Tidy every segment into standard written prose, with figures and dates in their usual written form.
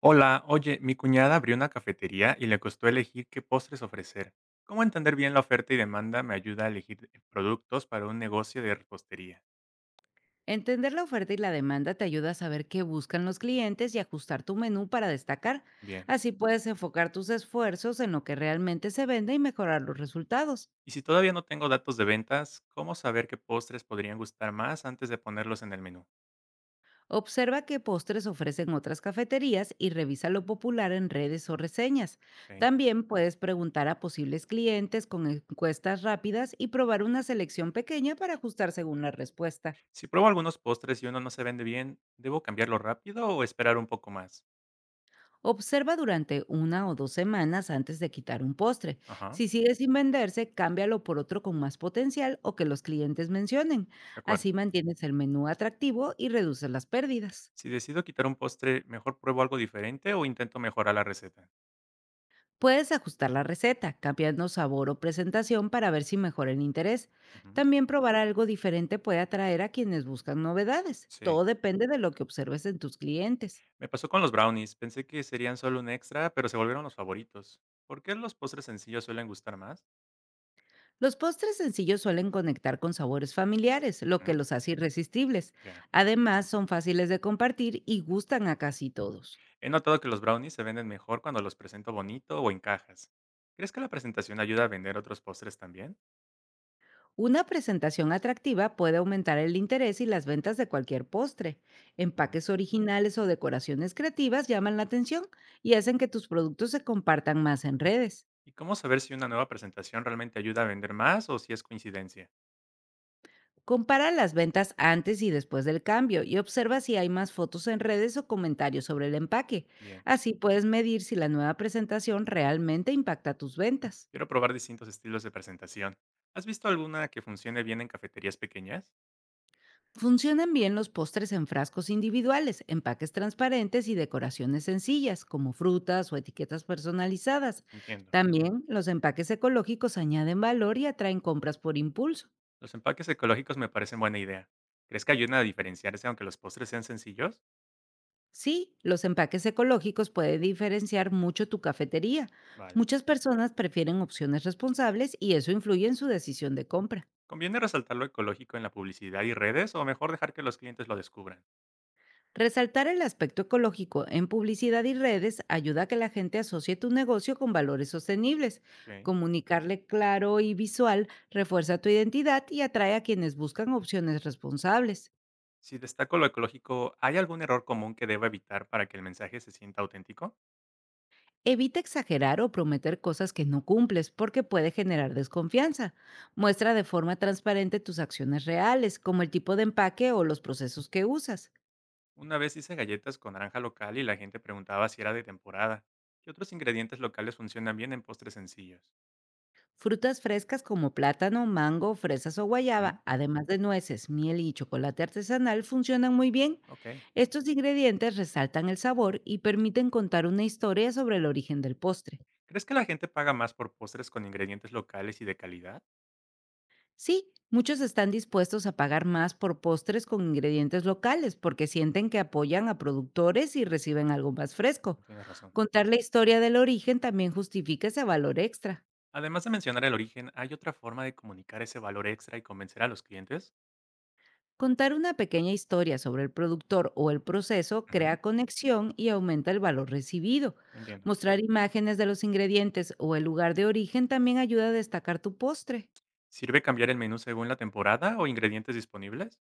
Hola, oye, mi cuñada abrió una cafetería y le costó elegir qué postres ofrecer. ¿Cómo entender bien la oferta y demanda me ayuda a elegir productos para un negocio de repostería? Entender la oferta y la demanda te ayuda a saber qué buscan los clientes y ajustar tu menú para destacar. Bien. Así puedes enfocar tus esfuerzos en lo que realmente se vende y mejorar los resultados. Y si todavía no tengo datos de ventas, ¿cómo saber qué postres podrían gustar más antes de ponerlos en el menú? Observa qué postres ofrecen otras cafeterías y revisa lo popular en redes o reseñas. Ok. También puedes preguntar a posibles clientes con encuestas rápidas y probar una selección pequeña para ajustar según la respuesta. Si pruebo algunos postres y uno no se vende bien, ¿debo cambiarlo rápido o esperar un poco más? Observa durante una o 2 semanas antes de quitar un postre. Ajá, Si sigue sin venderse, cámbialo por otro con más potencial o que los clientes mencionen. de acuerdo. Así mantienes el menú atractivo y reduces las pérdidas. Si decido quitar un postre, ¿mejor pruebo algo diferente o intento mejorar la receta? Puedes ajustar la receta, cambiando sabor o presentación para ver si mejora el interés. Ujú, También probar algo diferente puede atraer a quienes buscan novedades. sí. Todo depende de lo que observes en tus clientes. Me pasó con los brownies, pensé que serían solo un extra, pero se volvieron los favoritos. ¿Por qué los postres sencillos suelen gustar más? Los postres sencillos suelen conectar con sabores familiares, lo que Ujú, los hace irresistibles. ya. Además, son fáciles de compartir y gustan a casi todos. He notado que los brownies se venden mejor cuando los presento bonito o en cajas. ¿Crees que la presentación ayuda a vender otros postres también? Una presentación atractiva puede aumentar el interés y las ventas de cualquier postre. Ujú. Empaques originales o decoraciones creativas llaman la atención y hacen que tus productos se compartan más en redes. ¿Y cómo saber si una nueva presentación realmente ayuda a vender más o si es coincidencia? Compara las ventas antes y después del cambio y observa si hay más fotos en redes o comentarios sobre el empaque. Bien, Así puedes medir si la nueva presentación realmente impacta tus ventas. quiero probar distintos estilos de presentación. ¿Has visto alguna que funcione bien en cafeterías pequeñas? Funcionan bien los postres en frascos individuales, empaques transparentes y decoraciones sencillas, como frutas o etiquetas personalizadas. Entiendo. También los empaques ecológicos añaden valor y atraen compras por impulso. Los empaques ecológicos me parecen buena idea. ¿Crees que ayudan a diferenciarse aunque los postres sean sencillos? Sí, los empaques ecológicos pueden diferenciar mucho tu cafetería. Vale. Muchas personas prefieren opciones responsables y eso influye en su decisión de compra. ¿Conviene resaltar lo ecológico en la publicidad y redes o mejor dejar que los clientes lo descubran? Resaltar el aspecto ecológico en publicidad y redes ayuda a que la gente asocie tu negocio con valores sostenibles. Ok. Comunicarle claro y visual refuerza tu identidad y atrae a quienes buscan opciones responsables. Si destaco lo ecológico, ¿hay algún error común que deba evitar para que el mensaje se sienta auténtico? Evita exagerar o prometer cosas que no cumples porque puede generar desconfianza. Muestra de forma transparente tus acciones reales, como el tipo de empaque o los procesos que usas. Una vez hice galletas con naranja local y la gente preguntaba si era de temporada. ¿Qué otros ingredientes locales funcionan bien en postres sencillos? Frutas frescas como plátano, mango, fresas o Mm, guayaba, además de nueces, miel y chocolate artesanal, funcionan muy bien. ok. Estos ingredientes resaltan el sabor y permiten contar una historia sobre el origen del postre. ¿Crees que la gente paga más por postres con ingredientes locales y de calidad? Sí, muchos están dispuestos a pagar más por postres con ingredientes locales porque sienten que apoyan a productores y reciben algo más fresco. Tienes razón. Contar la historia del origen también justifica ese valor extra. Además de mencionar el origen, ¿hay otra forma de comunicar ese valor extra y convencer a los clientes? Contar una pequeña historia sobre el productor o el proceso Ujú. crea conexión y aumenta el valor recibido. Entiendo. Mostrar imágenes de los ingredientes o el lugar de origen también ayuda a destacar tu postre. ¿Sirve cambiar el menú según la temporada o ingredientes disponibles?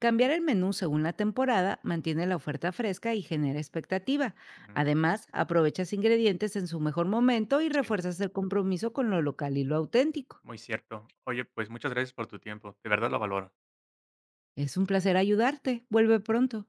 Cambiar el menú según la temporada mantiene la oferta fresca y genera expectativa. Ujú, Además, aprovechas ingredientes en su mejor momento y sí, refuerzas el compromiso con lo local y lo auténtico. muy cierto. Oye, pues muchas gracias por tu tiempo, de verdad lo valoro. Es un placer ayudarte. Vuelve pronto.